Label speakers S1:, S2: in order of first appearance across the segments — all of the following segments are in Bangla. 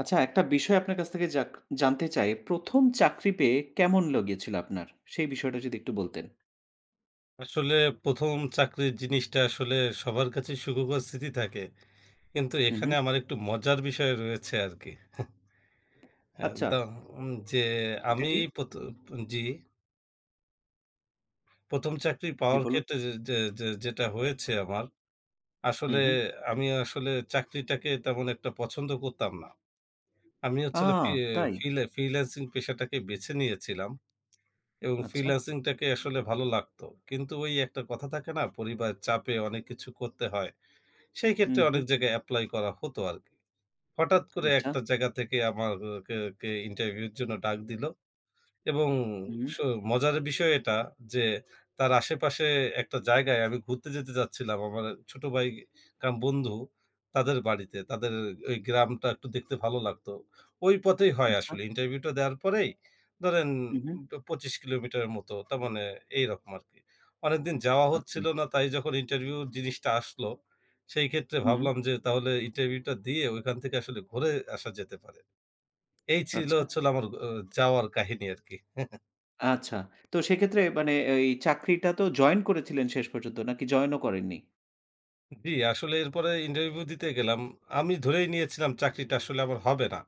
S1: আচ্ছা, একটা বিষয় আপনার কাছ থেকে জানতে চাই। ১ম চাকরি পেয়ে কেমন লেগেছিল আপনার? সেই বিষয়টা যদি একটু বলতেন।
S2: আসলে ১ম চাকরির জিনিসটা আসলে সবার কাছেই সুখকর স্মৃতি থাকে। কিন্তু
S1: হুম,
S2: এখানে
S1: হুম।
S2: আমার একটু মজার বিষয় রয়েছে আরকি। হ্যাঁ,
S1: আচ্ছা,
S2: তো যে
S1: এটা
S2: আমি
S1: কি?
S2: প্রত জি, ১ম চাকরি
S1: জি,
S2: পাওয়ার
S1: বলুন।
S2: ক্ষেত্রে যে যে যে যেটা হয়েছে আমার,
S1: হুম,
S2: আসলে
S1: হুম।
S2: আমি আসলে চাকরিটাকে তেমন একটা পছন্দ করতাম না। আমি হচ্ছে
S1: আ
S2: হলো
S1: তাই?
S2: ফ্রিল্যান্সিং পেশাটাকে বেছে নিয়েছিলাম এবং
S1: আচ্ছা।
S2: ফ্রিল্যান্সিংটাকে আসলে ভালো লাগতো। কিন্তু ওই একটা কথা থাকে না, পরিবারের চাপে অনেক কিছু করতে হয়। সেই
S1: হুম,
S2: ক্ষেত্রে অনেক
S1: হুম।
S2: জায়গায় এপ্লাই করা হতো আরকি। হঠাৎ করে
S1: আচ্ছা।
S2: একটা জায়গা থেকে আমার কে কে ইন্টারভিউ এর জন্য ডাক দিল। এবং
S1: হুম,
S2: স মজার বিষয় এটা যে তার আশেপাশে একটা জায়গায় আমি ঘুরতে যেতে যাচ্ছিলাম। আমার ছোট ভাই কাম বন্ধু তাদের বাড়িতে। তাদের ওই গ্রামটা একটু দেখতে ভালো লাগতো। ওই পথেই হয়
S1: আচ্ছা।
S2: আসলে। ইন্টারভিউটা দেওয়ার পরেই ধরেন
S1: হুম, হুম।
S2: ২৫ কিলোমিটারের মতো তার মানে এইরকম আরকি। অনেকদিন যাওয়া
S1: আচ্ছা।
S2: হচ্ছিল না, তাই যখন ইন্টারভিউ জিনিসটা আসলো, সেই ক্ষেত্রে
S1: হুম,
S2: ভাবলাম যে তাহলে ইন্টারভিউটা দিয়ে ওইখান থেকে আসলে ঘুরে আসা যেতে পারে। এই ছিল
S1: আচ্ছা।
S2: হচ্ছে হলো আমার যাওয়ার কাহিনী আরকি।
S1: আচ্ছা। তো সেক্ষেত্রে মানে এই চাকরিটা তো জয়েন করেছিলেন শেষ পর্যন্ত নাকি জয়েনও করেননি?
S2: জি, আসলে এরপরে ইন্টারভিউ দিতে গেলাম। আমি ধরেই নিয়েছিলাম চাকরিটা আসলে আমার হবে না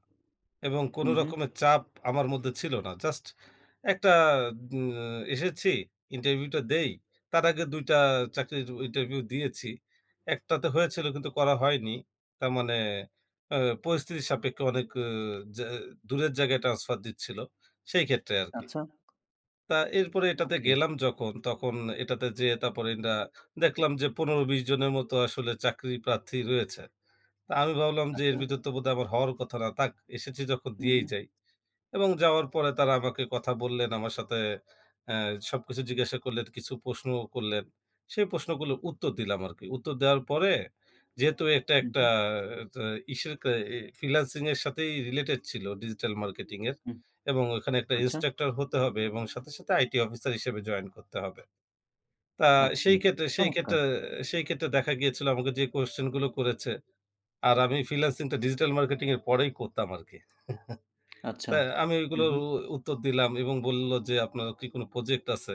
S2: এবং কোনো
S1: হুম, হুম।
S2: রকমের চাপ আমার মধ্যে ছিল না। জাস্ট একটা উম এসেছি, ইন্টারভিউটা দেই। তার আগে ২ টা চাকরির ইন্টারভিউ দিয়েছি। একটাতে হয়েছিল কিন্তু করা হয়নি। তার মানে আ পরিস্থিতির সাপেক্ষে অনেক জা দূরের জায়গায় ট্রান্সফার দিচ্ছিল। সেই ক্ষেত্রে আরকি।
S1: আচ্ছা।
S2: তা এরপরে এটাতে
S1: ওকে।
S2: গেলাম যখন, তখন এটাতে যেয়ে তারপরে দেখলাম যে ১৫-২০ জনের মতো আসলে চাকরি প্রার্থী রয়েছে। তা আমি ভাবলাম যে এর
S1: আচ্ছা।
S2: ভিতর তো বোধহয় আমার হওয়ার কথা না। থাক, এসেছি যখন
S1: হুম,
S2: দিয়েই
S1: হুম।
S2: যাই। এবং যাওয়ার পরে তারা আমাকে কথা বললেন, আমার সাথে অ্যা সবকিছু জিজ্ঞাসা করলেন, কিছু প্রশ্নও করলেন। সেই প্রশ্নগুলোর উত্তর দিলাম আরকি। উত্তর দেওয়ার পরে যেহেতু এটা
S1: হুম,
S2: একটা
S1: হুম।
S2: তা ইসের কা ফ্রিল্যান্সিং এর সাথেই রিলেটেড ছিল, ডিজিটাল মার্কেটিং এর,
S1: হুম।
S2: এবং ওখানে একটা
S1: আচ্ছা,
S2: ইন্সট্রাক্টর হতে হবে এবং সাথে সাথে আইটি অফিসার হিসেবে জয়েন করতে হবে। তা
S1: আচ্ছা।
S2: সেই ক্ষেত্রে সেই ক্ষেত্রে
S1: চমৎকার!
S2: সেই ক্ষেত্রে দেখা গিয়েছিল আমাকে যে কোয়েশ্চেন গুলো করেছে, আর আমি ফ্রিল্যান্সিং টা ডিজিটাল মার্কেটিং এর পরেই করতাম আরকি।
S1: আচ্ছা।
S2: তা আমি
S1: হুম,
S2: ওইগুলোর
S1: হুম।
S2: উ উত্তর দিলাম এবং বলল যে, "আপনার কি কোনো প্রজেক্ট আছে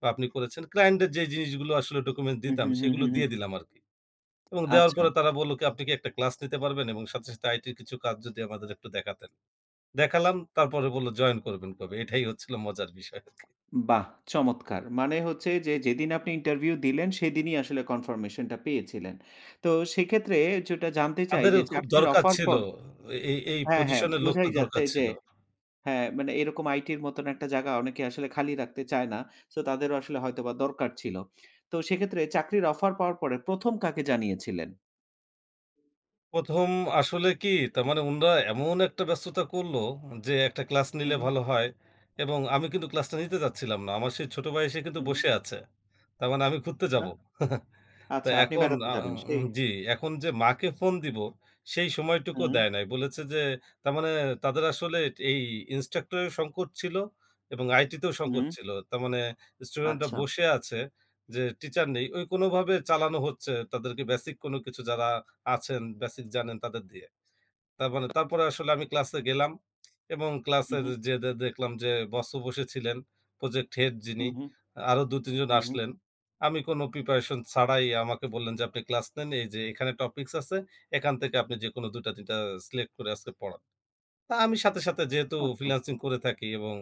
S2: বা আপনি করেছেন?" ক্লায়েন্টের যে জিনিসগুলো আসলে ডকুমেন্ট
S1: হুম, হুম,
S2: দিতাম,
S1: হুম,
S2: সেগুলো
S1: হুম, হুম।
S2: দিয়ে দিলাম আরকি। এবং দেওয়ার
S1: আচ্ছা,
S2: পরে তারা বলল কি, "আপনি কি একটা ক্লাস নিতে পারবেন? এবং সাথে সাথে আইটির কিছু কাজ যদি আমাদের একটু দেখাতেন।" দেখালাম, তারপরে বলল, "জয়েন করবেন কবে?" এটাই হচ্ছিল মজার বিষয় আরকি।
S1: বাহ! চমৎকার। মানে হচ্ছে যে যেদিন আপনি ইন্টারভিউ দিলেন সেদিনই আসলে কনফার্মেশন টা পেয়েছিলেন। তো সেক্ষেত্রে যেটা জানতে চাই
S2: তাদেরও
S1: যে
S2: খুব
S1: চাকরির
S2: দরকার
S1: অফার
S2: ছিল। এই এই
S1: হ্যাঁ, হ্যাঁ,
S2: পজিশনের লোকটা
S1: বোঝাই
S2: দরকার
S1: যাচ্ছে যে
S2: ছিল।
S1: হ্যাঁ, মানে এরকম আইটির মতন একটা জায়গা অনেকে আসলে খালি রাখতে চায় না। সো তাদেরও আসলে হয়তোবা দরকার ছিল। তো সেক্ষেত্রে চাকরির অফার পাওয়ার পরে ১ম কাকে জানিয়েছিলেন?
S2: ১ম আসলে কি তার মানে উনারা এমন একটা ব্যস্ততা করল যে একটা ক্লাস
S1: হু,
S2: নিলে
S1: হু,
S2: ভালো হয়, এবং আমি কিন্তু ক্লাসটা নিতে চাচ্ছিলাম না। আমার সেই ছোট ভাই এসে কিন্তু
S1: হু, হু।
S2: বসে আছে। তার মানে আমি ঘুরতে
S1: আচ্ছা,
S2: যাব। তো
S1: আচ্ছা আপনি
S2: এখন
S1: বেড়াতে যাবেন সেই
S2: জি, এখন যে মাকে ফোন দিব সেই সময়টুকু
S1: হুম,
S2: দেয় নাই। বলেছে যে তার মানে তাদের আসলে এই ইন্সট্রাক্টরের সংকট ছিল এবং আইটিতেও সংকট
S1: হুম,
S2: ছিল। তার মানে স্টুডেন্টরা
S1: আচ্ছা।
S2: বসে আছে যে টিচার নেই। ওই কোনোভাবে চালানো হচ্ছে, তাদেরকে বেসিক কোনো কিছু যারা আছেন, বেসিক জানেন তাদের দিয়ে। তার মানে তারপরে আসলে আমি ক্লাসে গেলাম এবং
S1: হু,
S2: ক্লাসের
S1: হু,
S2: যে দেখলাম যে বসও বসেছিলেন, প্রজেক্ট হেড
S1: হু,
S2: যিনি,
S1: হু,
S2: আরো ২-৩ জন
S1: হু, হু।
S2: আসলেন। আমি কোনো প্রিপারেশন ছাড়াই, আমাকে বললেন যে, "আপনি ক্লাস নেন। এই যে এখানে টপিকস আছে। এখান থেকে আপনি যেকোনো ২ টা ৩ টা সিলেক্ট করে আজকে পড়ান।" তা আমি সাথে সাথে যেহেতু
S1: আচ্ছা।
S2: ফ্রিল্যান্সিং করে থাকি এবং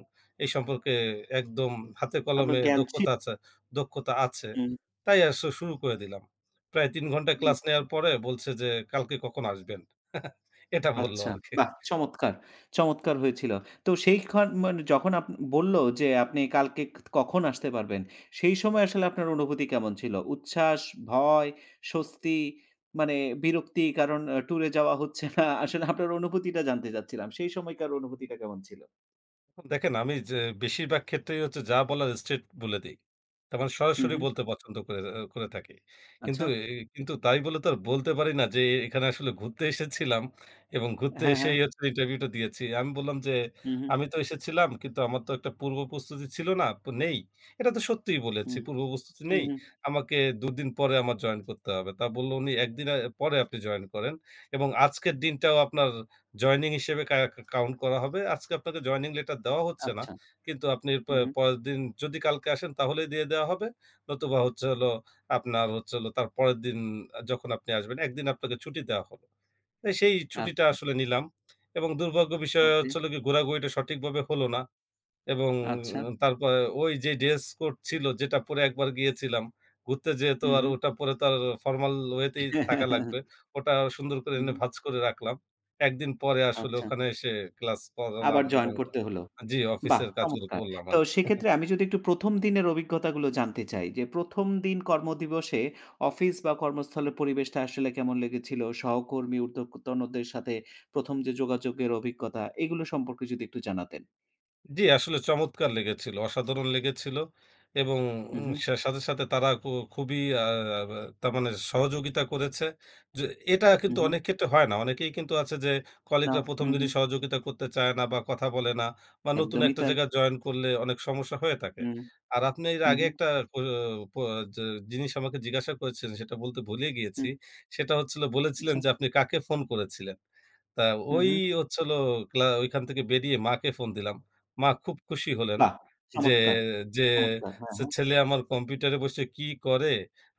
S2: এই সম্পর্কে একদম হাতে
S1: আপনার
S2: কলমে
S1: জ্ঞান ছিল।
S2: দক্ষতা আছে।
S1: হুম।
S2: তাই শুরু করে দিলাম। প্রায় ৩ ঘন্টা ক্লাস নেয়ার
S1: আচ্ছা,
S2: পরে বলছে যে, "কালকে কখন আসবেন?" এটা বলল
S1: আচ্ছা। হুম।
S2: আরকি।
S1: বাহ! চমৎকার, চমৎকার হয়েছিল। তো সেইখান মানে যখন বলল যে আপনি কালকে কখন আসতে পারবেন, সেই সময় আসলে আপনার অনুভূতি কেমন ছিল? উচ্ছ্বাস, ভয়, স্বস্তি, মানে বিরক্তি কারণ ট্যুরে যাওয়া হচ্ছে না। আসলে আপনার অনুভূতিটা জানতে চাচ্ছিলাম। সেই সময়কার অনুভূতিটা কেমন ছিল?
S2: দেখেন আমি যে বেশিরভাগ ক্ষেত্রেই হচ্ছে যা বলার স্ট্রেইট বলে দেই। তার মানে
S1: হুম,
S2: সরাসরি
S1: হুম।
S2: বলতে পছন্দ করে আ করে থাকি। কিন্তু
S1: আচ্ছা।
S2: এ কিন্তু তাই বলে তো আর বলতে পারি না যে এখানে আসলে ঘুরতে এসেছিলাম এবং ঘুরতে
S1: হ্যাঁ, হ্যাঁ।
S2: এসেই হচ্ছে ইন্টারভিউটা দিয়েছি। আমি বললাম যে,
S1: হুম, হুম,
S2: "আমি তো এসেছিলাম কিন্তু আমার তো একটা পূর্ব প্রস্তুতি ছিল না, নেই।" এটা তো সত্যিই বলেছি,
S1: হুম,
S2: "পূর্ব প্রস্তুতি
S1: হুম,
S2: নেই।
S1: হুম।
S2: আমাকে ২ দিন পরে আমার জয়েন করতে হবে।" তা বলল উনি, "১ দিন পরে আপনি জয়েন করেন এবং আজকের দিনটাও আপনার জয়েনিং হিসেবে কাউন্ট করা হবে। আজকে আপনাকে জয়েনিং লেটার দেওয়া হচ্ছে না।
S1: আচ্ছা।
S2: কিন্তু আপনি
S1: হুম, হুম।
S2: পরের দিন যদি কালকে আসেন তাহলেই দিয়ে দেওয়া হবে। নতুবা হচ্ছে হলো আপনার হচ্ছে হলো তার পরের দিন যখন আপনি আসবেন, একদিন আপনাকে ছুটি দেওয়া হলো। তাই সেই ছুটিটা
S1: আচ্ছা।
S2: আসলে নিলাম এবং দুর্ভাগ্য বিষয়
S1: ওকে।
S2: হচ্ছে হলো গিয়ে ঘোরাঘুরিটা সঠিকভাবে হলো না। এবং
S1: আচ্ছা।
S2: তারপরে ওই যে ড্রেস কোড ছিল যেটা পরে একবার গিয়েছিলাম, ঘুরতে যেয়ে তো
S1: হুম,
S2: আর
S1: হুম।
S2: ওটা পরে তো আর ফরমাল ওয়েতেই থাকা লাগবে। ওটা সুন্দর করে
S1: হুম,
S2: এনে
S1: হুম।
S2: ভাঁজ করে রাখলাম। ১ দিন পরে আসলে
S1: আচ্ছা।
S2: ওখানে এসে ক্লাস করালাম
S1: আবার জয়েন
S2: এবং
S1: করতে হল।
S2: জি,
S1: বাহ!
S2: অফিসের কাজগুলো
S1: চমৎকার।
S2: করলাম
S1: তো
S2: আরকি।
S1: সেক্ষেত্রে আমি যদি একটু ১ম দিনের অভিজ্ঞতাগুলো জানতে চাই যে ১ম দিন কর্মদিবসে অফিস বা কর্মস্থলের পরিবেশটা আসলে কেমন লেগেছিল? সহকর্মী, ঊর্ধ্বতনদের সাথে ১ম যে যোগাযোগের অভিজ্ঞতা এগুলো সম্পর্কে যদি একটু জানাতেন।
S2: জি, আসলে চমৎকার লেগেছিল। অসাধারণ লেগেছিল এবং
S1: হু, হু,
S2: সাথে সাথে তারা খুবই আ বা তার মানে সহযোগিতা করেছে। যে এটা
S1: হু,
S2: কিন্তু
S1: হু।
S2: অনেক ক্ষেত্রে হয় না। অনেকেই কিন্তু আছে যে
S1: না,
S2: কলিগরা ১ম
S1: হু, হু।
S2: দিনই সহযোগিতা করতে চায় না বা কথা বলে না, বা নতুন
S1: একদমই
S2: একটা
S1: তাই।
S2: জায়গায় জয়েন করলে অনেক সমস্যা হয়ে থাকে।
S1: হুম,
S2: আর আপনি এর
S1: হু,
S2: আগে
S1: হু,
S2: একটা প প যে জিনিস আমাকে জিজ্ঞাসা করেছিলেন সেটা বলতে ভুলে গিয়েছি।
S1: হুম,
S2: সেটা হচ্ছিল বলেছিলেন
S1: আচ্ছা।
S2: যে আপনি কাকে ফোন করেছিলেন? তা
S1: হু,
S2: ওই
S1: হু।
S2: হচ্ছে হলো ওইখান থেকে বেরিয়ে মাকে ফোন দিলাম। মা খুব খুশি হলেন
S1: বাহ!
S2: যে,
S1: চমৎকার,
S2: যে
S1: চমৎকার। হ্যাঁ, হ্যাঁ।
S2: ছেলে আমার কম্পিউটারে বসে কি করে?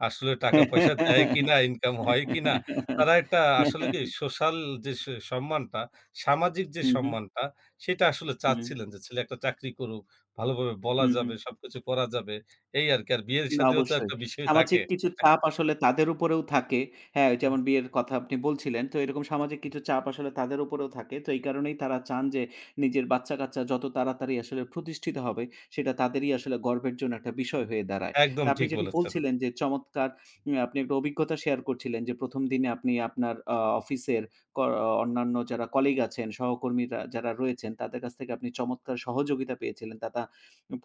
S2: আসলে টাকা-পয়সা দেয় কিনা? ইনকাম হয় কিনা?" তারা একটা আসলে কি সোশ্যাল যে স সম্মানটা, সামাজিক যে
S1: হু, হু,
S2: সম্মানটা, সেটা আসলে
S1: হু,
S2: চাচ্ছিলেন যে ছেলে একটা চাকরি করুক, ভালোভাবে বলা
S1: হু, হু।
S2: যাবে, সবকিছু করা যাবে। এই আরকি। আর বিয়ের
S1: না,
S2: শাদিও তো
S1: অবশ্যই।
S2: একটা বিষয় থাকে।
S1: সামাজিক কিছু চাপ আসলে তাদের উপরেও থাকে। হ্যাঁ, ওই যেমন বিয়ের কথা আপনি বলছিলেন। তো এরকম সামাজিক কিছু চাপ আসলে তাদের উপরেও থাকে। তো এই কারণেই তারা চান যে নিজের বাচ্চা-কাচ্চা যত তাড়াতাড়ি আসলে প্রতিষ্ঠিত হবে সেটা তাদেরই আসলে গর্বের জন্য একটা বিষয় হয়ে দাঁড়ায়।
S2: একদম
S1: তা আপনি
S2: ঠিক
S1: যেটা
S2: বলেছেন।
S1: বলছিলেন যে চমৎকার, আপনি একটা অভিজ্ঞতা শেয়ার করছিলেন যে ১ম দিনে আপনি আপনার অফিসের ক অন্যান্য যারা কলিগ আছেন, সহকর্মীরা যারা রয়েছেন তাদের কাছ থেকে আপনি চমৎকার সহযোগিতা পেয়েছিলেন।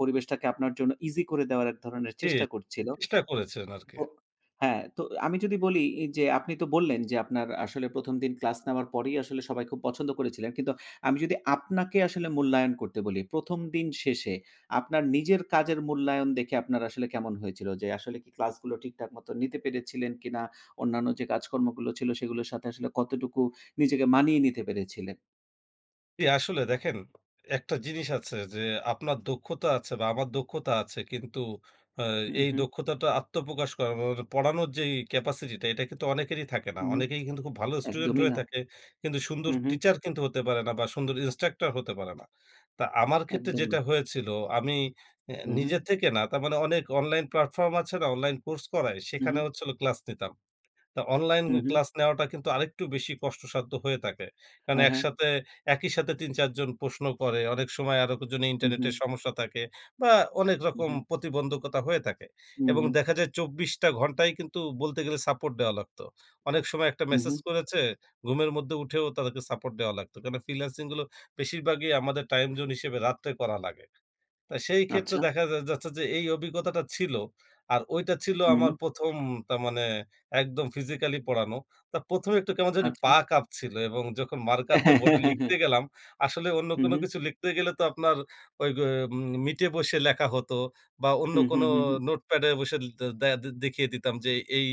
S1: পরিবেশটাকে আপনার জন্য ইজি করে দেওয়ার এক ধরনের
S2: জি,
S1: চেষ্টা করছিল।
S2: চেষ্টা করেছেন আরকি।
S1: তো হ্যাঁ, তো আমি যদি বলি যে আপনি তো বললেন যে আপনার আসলে ১ম দিন ক্লাস নেওয়ার পরেই আসলে সবাই খুব পছন্দ করেছিলেন। কিন্তু আমি যদি আপনাকে আসলে মূল্যায়ন করতে বলি, ১ম দিন শেষে আপনার নিজের কাজের মূল্যায়ন দেখে আপনার আসলে কেমন হয়েছিল? যে আসলে কি ক্লাসগুলো ঠিকঠাক মতো নিতে পেরেছিলেন কিনা? অন্যান্য যে কাজকর্মগুলো ছিল সেগুলোর সাথে আসলে কতটুকু নিজেকে মানিয়ে নিতে পেরেছিলেন?
S2: জি, আসলে দেখেন একটা জিনিস আছে যে আপনার দক্ষতা আছে বা আমার দক্ষতা আছে, কিন্তু আ
S1: হুম,
S2: এই
S1: হুম,
S2: দক্ষতাটা আত্মপ্রকাশ করা মানে পড়ানোর যে ক্যাপাসিটিটা, এটা কিন্তু অনেকেরই থাকে না।
S1: হুম,
S2: অনেকেই কিন্তু খুব ভালো স্টুডেন্ট
S1: একদমই
S2: হয়ে
S1: না।
S2: থাকে। কিন্তু সুন্দর
S1: হুম, হুম,
S2: টিচার কিন্তু হতে পারে না বা সুন্দর ইন্সট্রাক্টর হতে পারে না। তা আমার ক্ষেত্রে
S1: একদম না।
S2: যেটা হয়েছিল, আমি
S1: হুম, হুম,
S2: নিজে থেকে না, তার মানে অনেক অনলাইন প্ল্যাটফর্ম আছে না, অনলাইন কোর্স করায়,
S1: হুম,
S2: সেখানে
S1: হুম,
S2: হচ্ছে হলো ক্লাস নিতাম। তা অনলাইন
S1: হুম, হুম।
S2: ক্লাস নেওয়াটা কিন্তু আরেকটু বেশি কষ্টসাধ্য হয়ে থাকে। কারণ
S1: হ্যাঁ, হ্যাঁ।
S2: একসাথে একই সাথে ৩-৪ জন প্রশ্ন করে। অনেক সময় আরো জনে
S1: হু, হু,
S2: ইন্টারনেটের সমস্যা থাকে বা অনেক
S1: হু,
S2: রকম
S1: হু,
S2: প্রতিবন্ধকতা হয়ে থাকে।
S1: হু,
S2: এবং
S1: হু,
S2: দেখা যায় ২৪ টা ঘন্টাই কিন্তু বলতে গেলে সাপোর্ট দেওয়া লাগতো। অনেক সময় একটা
S1: হু, হু।
S2: মেসেজ করেছে, ঘুমের মধ্যে উঠেও তাদেরকে সাপোর্ট দেওয়া লাগতো। কেন ফ্রিল্যান্সিং গুলো বেশিরভাগই আমাদের টাইম জোন হিসেবে রাত্রে করা লাগে। তা সেই ক্ষেত্রে
S1: আচ্ছা।
S2: দেখা যা যাচ্ছে যে এই অভিজ্ঞতাটা ছিল। আর ওইটা ছিল
S1: হুম,
S2: আমার ১ম, তার মানে একদম ফিজিক্যালি পড়ানো। তা ১ম এ একটু কেমন জানি
S1: আচ্ছা।
S2: পা কাঁপছিল, এবং যখন মার্কার দিয়ে বোর্ডে লিখতে গেলাম, আসলে অন্য
S1: হু,
S2: কোনো
S1: হু,
S2: কিছু লিখতে গেলে তো আপনার ওই গ মিটে বসে লেখা হতো বা অন্য
S1: হু, হু,
S2: কোনো
S1: হু, হু।
S2: নোটপ্যাডে বসে দে দে দেখিয়ে দিতাম যে এই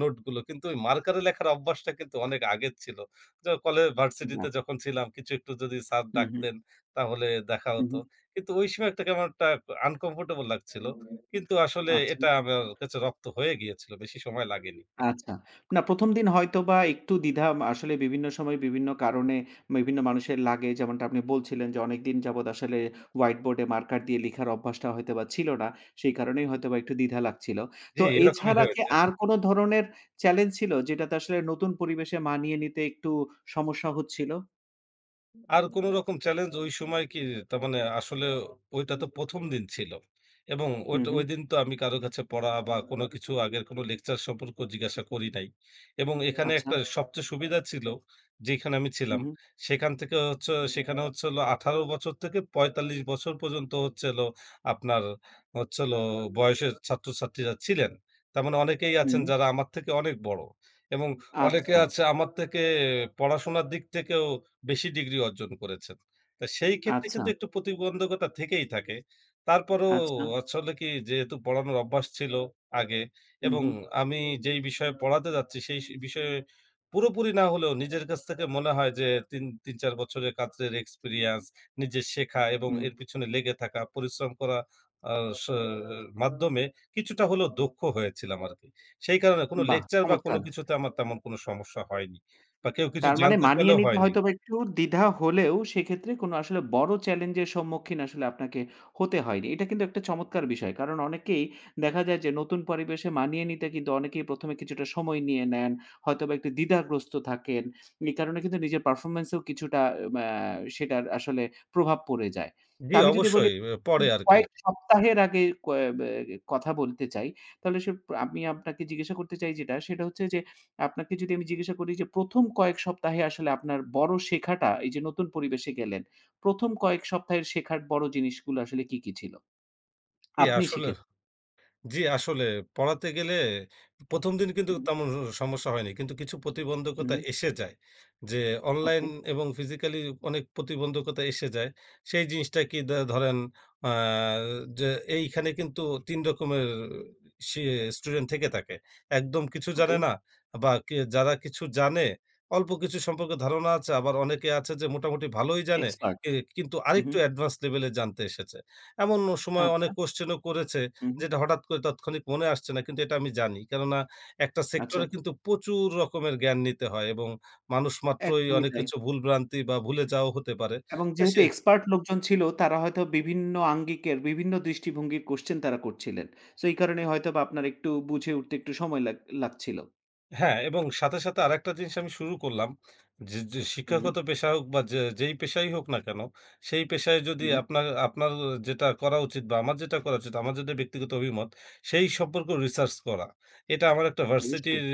S2: নোটগুলো। কিন্তু ওই মার্কারে লেখার অভ্যাসটা কিন্তু অনেক আগের ছিল। কলে ভার্সিটিতে
S1: বাহ!
S2: যখন ছিলাম কিছু একটু যদি স্যার
S1: হু, হু,
S2: ডাকতেন তাহলে দেখা
S1: হু,
S2: হতো।
S1: হু।
S2: কিন্তু ওই সময় একটা কেমন একটা আনকমফোর্টেবল লাগছিল। কিন্তু আসলে
S1: আচ্ছা,
S2: এটা আমার কাছে রপ্ত হয়ে গিয়েছিল। বেশি সময় লাগেনি।
S1: আচ্ছা। না, ১ম দিন হয়তোবা একটু দ্বিধা আসলে বিভিন্ন সময় বিভিন্ন কারণে বিভিন্ন মানুষের লাগে। যেমনটা আপনি বলছিলেন যে অনেকদিন যাবৎ আসলে হোয়াইট বোর্ডে মার্কার দিয়ে লিখার অভ্যাসটা হয়তোবা ছিল না। সেই কারণেই হয়তোবা একটু দ্বিধা লাগছিল।
S2: জি,
S1: তো
S2: এরকমই
S1: এছাড়া কি
S2: হয়েছে।
S1: আর কোন ধরনের চ্যালেঞ্জ ছিল যেটাতে আসলে নতুন পরিবেশে মানিয়ে নিতে একটু সমস্যা হচ্ছিল?
S2: আর কোন রকম চ্যালেঞ্জ ওই সময় কি, তার মানে আসলে ওইটা তো ১ম দিন ছিল এবং
S1: হু,
S2: ওইটা
S1: হু।
S2: ওইদিন তো আমি কারো কাছে পড়া বা কোনো কিছু আগের কোনো লেকচার সম্পর্কেও জিজ্ঞাসা করি নাই, এবং এখানে
S1: আচ্ছা।
S2: একটা সবচেয়ে সুবিধা ছিল। যেখানে আমি
S1: হু,
S2: ছিলাম
S1: হু,
S2: সেখান থেকে হচ্ছে, সেখানে হচ্ছে হলো ১৮ বছর থেকে ৪৫ বছর পর্যন্ত হচ্ছে হলো আপনার হচ্ছে হলো বয়সের ছাত্রছাত্রীরা ছিলেন। তার মানে অনেকেই আছেন
S1: হুম।
S2: যারা আমার থেকে অনেক বড় এবং অনেকে
S1: আচ্ছা,
S2: আছে আমার থেকে পড়াশোনার দিক থেকেও বেশি ডিগ্রি অর্জন করেছেন। তা সেই ক্ষেত্রে
S1: আচ্ছা,
S2: কিন্তু একটু প্রতিবন্ধকতা থেকেই থাকে। তারপরেও
S1: আচ্ছা।
S2: আসলে কি, যেহেতু পড়ানোর অভ্যাস ছিল আগে,
S1: হু,
S2: এবং
S1: হু,
S2: আমি যেই বিষয়ে পড়াতে যাচ্ছি সেই বিষয়ে পুরোপুরি না হলেও নিজের কাছ থেকে মনে হয় যে ৩ ৩-৪ বছরের কাজের এক্সপেরিয়েন্স, নিজের শেখা এবং
S1: হুম।
S2: এর পিছনে লেগে থাকা, পরিশ্রম করা আ স মাধ্যমে কিছুটা হলেও দক্ষ হয়েছিলাম আরকি। সেই কারণে কোনো
S1: বাহ!
S2: লেকচার বা কোনো
S1: চমৎকার।
S2: কিছুতে আমার তেমন কোনো সমস্যা হয়নি বা কেউ কিছু
S1: তার মানে
S2: জানতে
S1: মানিয়ে
S2: চাইলেও
S1: নিতে
S2: হয়নি।
S1: হয়তোবা একটু দ্বিধা হলেও সেক্ষেত্রে কোনো আসলে বড় চ্যালেঞ্জের সম্মুখীন আসলে আপনাকে হতে হয়নি। এটা কিন্তু একটা চমৎকার বিষয়। কারণ অনেকেই দেখা যায় যে নতুন পরিবেশে মানিয়ে নিতে কিন্তু অনেকেই ১ম এ কিছুটা সময় নিয়ে নেন। হয়তোবা একটু দ্বিধাগ্রস্ত থাকেন। এই কারণে কিন্তু নিজের পারফরম্যান্স এও কিছুটা ম্যা সেটার আসলে প্রভাব পড়ে যায়। তো
S2: জি,
S1: আমি যদি বলি
S2: অবশ্যই। এ পরে আরকি।
S1: কয়েক সপ্তাহের আগে কয় ব্যা কথা বলতে চাই, তাহলে সে আমি আপনাকে জিজ্ঞাসা করতে চাই যেটা সেটা হচ্ছে যে আপনাকে যদি আমি জিজ্ঞাসা করি যে ১ম কয়েক সপ্তাহে আসলে আপনার বড় শেখাটা এই যে নতুন পরিবেশে গেলেন, ১ম কয়েক সপ্তাহের শেখার বড় জিনিসগুলো আসলে কি, কি ছিল?
S2: জি,
S1: আপনি
S2: আসলে
S1: শিখেছেন।
S2: জি, আসলে পড়াতে গেলে ১ম দিন কিন্তু
S1: হুম,
S2: তেমন সমস্যা হয়নি। কিন্তু কিছু প্রতিবন্ধকতা
S1: হুম,
S2: এসে যায়। যে অনলাইন
S1: ওকে,
S2: এবং ফিজিক্যালি অনেক প্রতিবন্ধকতা এসে যায়। সেই জিনিসটা কি ধরেন আ যে এইখানে কিন্তু ৩ রকমের সে স্টুডেন্ট থেকে থাকে। একদম কিছু
S1: ওকে।
S2: জানে না বা যারা কিছু জানে, অল্প কিছু সম্পর্কে ধারণা আছে। আবার অনেকে আছে যে মোটামুটি ভালোই জানে।
S1: এক্সপার্ট।
S2: এ কিন্তু
S1: হু, হু।
S2: আরেকটু অ্যাডভান্স লেভেলে জানতে এসেছে। এমন সময় অনেক
S1: আচ্ছা।
S2: কোয়েশ্চেন ও করেছে
S1: হুম, হুম,
S2: যেটা হঠাৎ করে তাৎক্ষণিক মনে আসছে না কিন্তু এটা আমি জানি। কেননা একটা
S1: আচ্ছা।
S2: সেক্টরে কিন্তু প্রচুর রকমের জ্ঞান নিতে হয় এবং মানুষ মাত্রই
S1: একদমই
S2: অনেক
S1: তাই।
S2: কিছু ভুল ভ্রান্তি বা ভুলে যাওয়াও হতে পারে।
S1: এবং
S2: তাই
S1: যেহেতু
S2: সে
S1: এক্সপার্ট লোকজন ছিল তারা হয়তো বিভিন্ন আঙ্গিকের, বিভিন্ন দৃষ্টিভঙ্গির কোয়েশ্চেন তারা করছিলেন। সো এই কারণে হয়তোবা আপনার একটু বুঝে উঠতে একটু সময় লাগছিল।
S2: হ্যাঁ, এবং সাথে সাথে আরেকটা জিনিস আমি শুরু করলাম। যে
S1: হুম,
S2: শিক্ষাগত পেশা হোক বা যেই পেশাই হোক না কেন, সেই পেশায় যদি
S1: হুম,
S2: আপনার আপনার যেটা করা উচিত বা আমার যেটা করা উচিত, আমার যেটা ব্যক্তিগত অভিমত, সেই সম্পর্ক রিসার্চ করা। এটা আমার একটা
S1: অবশ্যই।
S2: ভার্সিটির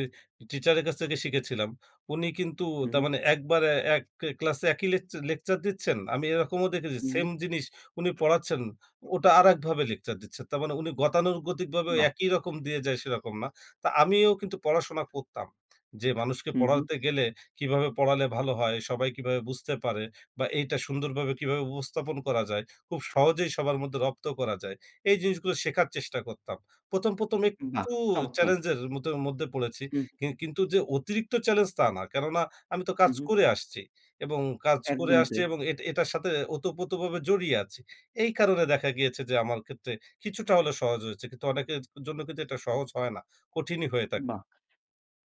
S2: টিচারের কাছ থেকে শিখেছিলাম। উনি কিন্তু
S1: হুম,
S2: তার
S1: হুম,
S2: মানে একবারে এক ক্লাসে একই লেকচার দিচ্ছেন। আমি এরকমও দেখেছি,
S1: হুম, হুম,
S2: সেম জিনিস উনি পড়াচ্ছেন, ওটা আরেকভাবে লেকচার দিচ্ছেন। তার মানে উনি গতানুগতিকভাবে
S1: বাহ!
S2: একই রকম দিয়ে যায় সেরকম না। তা আমিও কিন্তু পড়াশোনা করতাম। যে মানুষকে
S1: হুম, হুম,
S2: পড়াতে গেলে কিভাবে পড়ালে ভালো হয়, সবাই কিভাবে বুঝতে পারে বা এইটা সুন্দরভাবে কিভাবে উপস্থাপন করা যায়, খুব সহজেই সবার মধ্যে রপ্ত করা যায়। এই জিনিসগুলো শেখার চেষ্টা করতাম। ১ম
S1: বাহ!
S2: একটু
S1: চমৎকার।
S2: চ্যালেঞ্জের মত মধ্যে পড়েছি।
S1: হুম,
S2: কি কিন্তু যে অতিরিক্ত চ্যালেঞ্জ তা না। কেননা আমি তো
S1: হুম,
S2: কাজ
S1: হুম।
S2: করে আসছি এবং
S1: একদমই তাই।
S2: এটার সাথে ওতপ্রোতভাবে জড়িয়ে আছি। এই কারণে দেখা গিয়েছে যে আমার ক্ষেত্রে কিছুটা হলেও সহজ হয়েছে। কিন্তু অনেকের জন্য কিন্তু এটা সহজ হয় না। কঠিনই হয়ে থাকে।
S1: বাহ!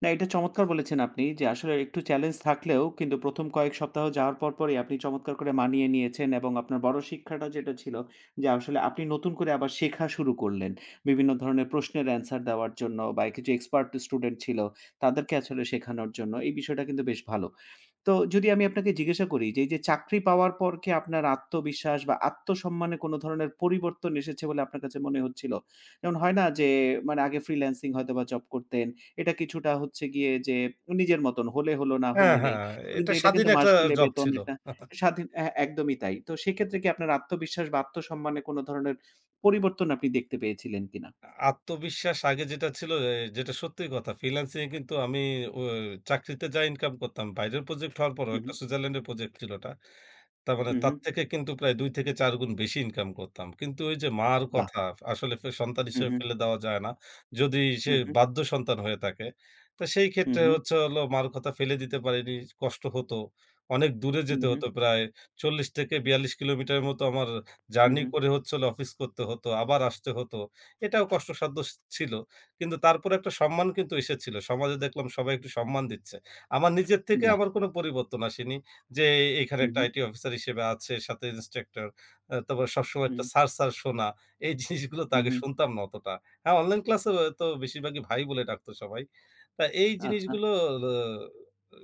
S1: না, এটা চমৎকার বলেছেন আপনি যে আসলে একটু চ্যালেঞ্জ থাকলেও কিন্তু ১ম কয়েক সপ্তাহ যাওয়ার পরই আপনি চমৎকার করে মানিয়ে নিয়েছেন এবং আপনার বড় শিক্ষাটা যেটা ছিল যে আসলে আপনি নতুন করে আবার শেখা শুরু করলেন। বিভিন্ন ধরনের প্রশ্নের অ্যান্সার দেওয়ার জন্য বা কিছু এক্সপার্ট স্টুডেন্ট ছিল তাদেরকে আসলে শেখানোর জন্য। এই বিষয়টা কিন্তু বেশ ভালো। তো যদি আমি আপনাকে জিজ্ঞাসা করি যে, এই যে চাকরি পাওয়ার পর কি আপনার আত্মবিশ্বাস বা আত্মসম্মানে কোনো ধরনের পরিবর্তন এসেছে বলে আপনার কাছে মনে হচ্ছিল? যেমন হয় না যে মানে আগে ফ্রিল্যান্সিং হয়তোবা জব করতেন। এটা কিছুটা হচ্ছে গিয়ে যে নিজের মতন হলে হলো, না
S2: হ্যাঁ,
S1: হলে নেই।
S2: হ্যাঁ, এটা
S1: কিন্তু এটা
S2: স্বাধীন
S1: কিন্তু
S2: একটা
S1: মাস গেলে
S2: জব
S1: বেতন
S2: ছিল।
S1: এটা স্বাধীন, হ্যাঁ, একদমই তাই। তো সেক্ষেত্রে কি আপনার আত্মবিশ্বাস বা আত্মসম্মানে কোনো ধরনের পরিবর্তন আপনি দেখতে পেয়েছিলেন কিনা?
S2: আত্মবিশ্বাস আগে যেটা ছিল, যেটা সত্যি কথা ফ্রিল্যান্সিং এ কিন্তু আমি ও চাকরিতে যা ইনকাম করতাম, বাইরের প্রজেক্ট হওয়ার পরেও
S1: হু, হু,
S2: একটা সুইজারল্যান্ডের প্রজেক্ট ছিল ওটা। তার মানে
S1: হু, হু।
S2: তার থেকে কিন্তু প্রায় ২ থেকে ৪ গুণ বেশি ইনকাম করতাম। কিন্তু ওই যে মার
S1: বাহ!
S2: কথা আসলে সন্তান
S1: হু,
S2: হিসেবে
S1: হু,
S2: ফেলে দেওয়া যায় না। যদি
S1: হু,
S2: সে
S1: হু,
S2: বাধ্য সন্তান হয়ে থাকে। তো সেই
S1: হু,
S2: ক্ষেত্রে
S1: হু,
S2: হচ্ছে হলো মার কথা ফেলে দিতে পারিনি। কষ্ট হতো। অনেক দূরে
S1: হু,
S2: যেতে
S1: হু,
S2: হতো প্রায় ৪০ থেকে ৪২ কিলোমিটারের মতো আমার
S1: হু,
S2: জার্নি
S1: হু।
S2: করে হচ্ছে হলো অফিস করতে হতো। আবার আসতে হতো। এটাও কষ্টসাধ্য ছিল। কিন্তু তারপরে একটা সম্মান কিন্তু এসেছিল। সমাজে দেখলাম সবাই একটু সম্মান দিচ্ছে। আমার নিজের থেকে
S1: বাহ!
S2: আমার কোনো পরিবর্তন আসেনি। যে এখানে
S1: হু,
S2: একটা
S1: হু,
S2: আইটি অফিসার হিসেবে আছে, সাথে ইন্সট্রাক্টর। তারপরে সবসময়
S1: হু,
S2: একটা স্যার শোনা। এই জিনিসগুলো তো
S1: হু,
S2: আগে
S1: হু।
S2: শুনতাম না অতটা। হ্যাঁ, অনলাইন ক্লাসে তো বেশিরভাগই ভাই বলে ডাকতো সবাই। তা এই
S1: আচ্ছা।
S2: জিনিসগুলো অ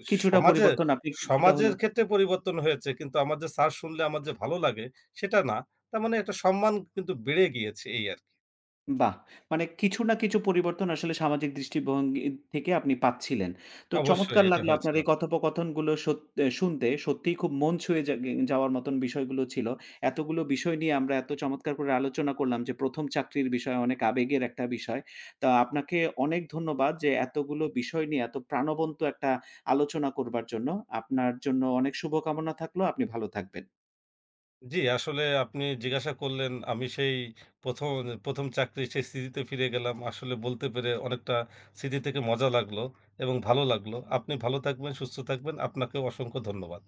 S1: কিছুটা
S2: সমাজে
S1: পরিবর্তন আপনি কিছুটা
S2: সমাজের
S1: হলেও
S2: ক্ষেত্রে পরিবর্তন হয়েছে। কিন্তু আমার যে স্যার শুনলে আমার যে ভালো লাগে সেটা না। তার মানে একটা সম্মান কিন্তু বেড়ে গিয়েছে এই আরকি।
S1: বাহ! মানে কিছু না কিছু পরিবর্তন আসলে সামাজিক দৃষ্টিভঙ্গি থেকে আপনি পাচ্ছিলেন। তো
S2: অবশ্যই
S1: চমৎকার
S2: এটা
S1: লাগলো আপনার
S2: হয়েছিল।
S1: এই কথোপকথনগুলো এ শুনতে। সত্যিই খুব মন ছুঁয়ে যা গে যাওয়ার মতন বিষয়গুলো ছিল। এতগুলো বিষয় নিয়ে আমরা এত চমৎকার করে আলোচনা করলাম যে ১ম চাকরির বিষয় অনেক আবেগের একটা বিষয়। তা আপনাকে অনেক ধন্যবাদ যে এতগুলো বিষয় নিয়ে এত প্রাণবন্ত একটা আলোচনা করবার জন্য। আপনার জন্য অনেক শুভকামনা থাকলো। আপনি ভালো থাকবেন।
S2: জি, আসলে আপনি জিজ্ঞাসা করলেন, আমি সেই ১ম ১ম চাকরি সেই স্মৃতিতে ফিরে গেলাম। আসলে বলতে পেরে অনেকটা স্মৃতি থেকে মজা লাগলো এবং ভালো লাগলো। আপনি ভালো থাকবেন, সুস্থ থাকবেন। আপনাকেও অসংখ্য ধন্যবাদ।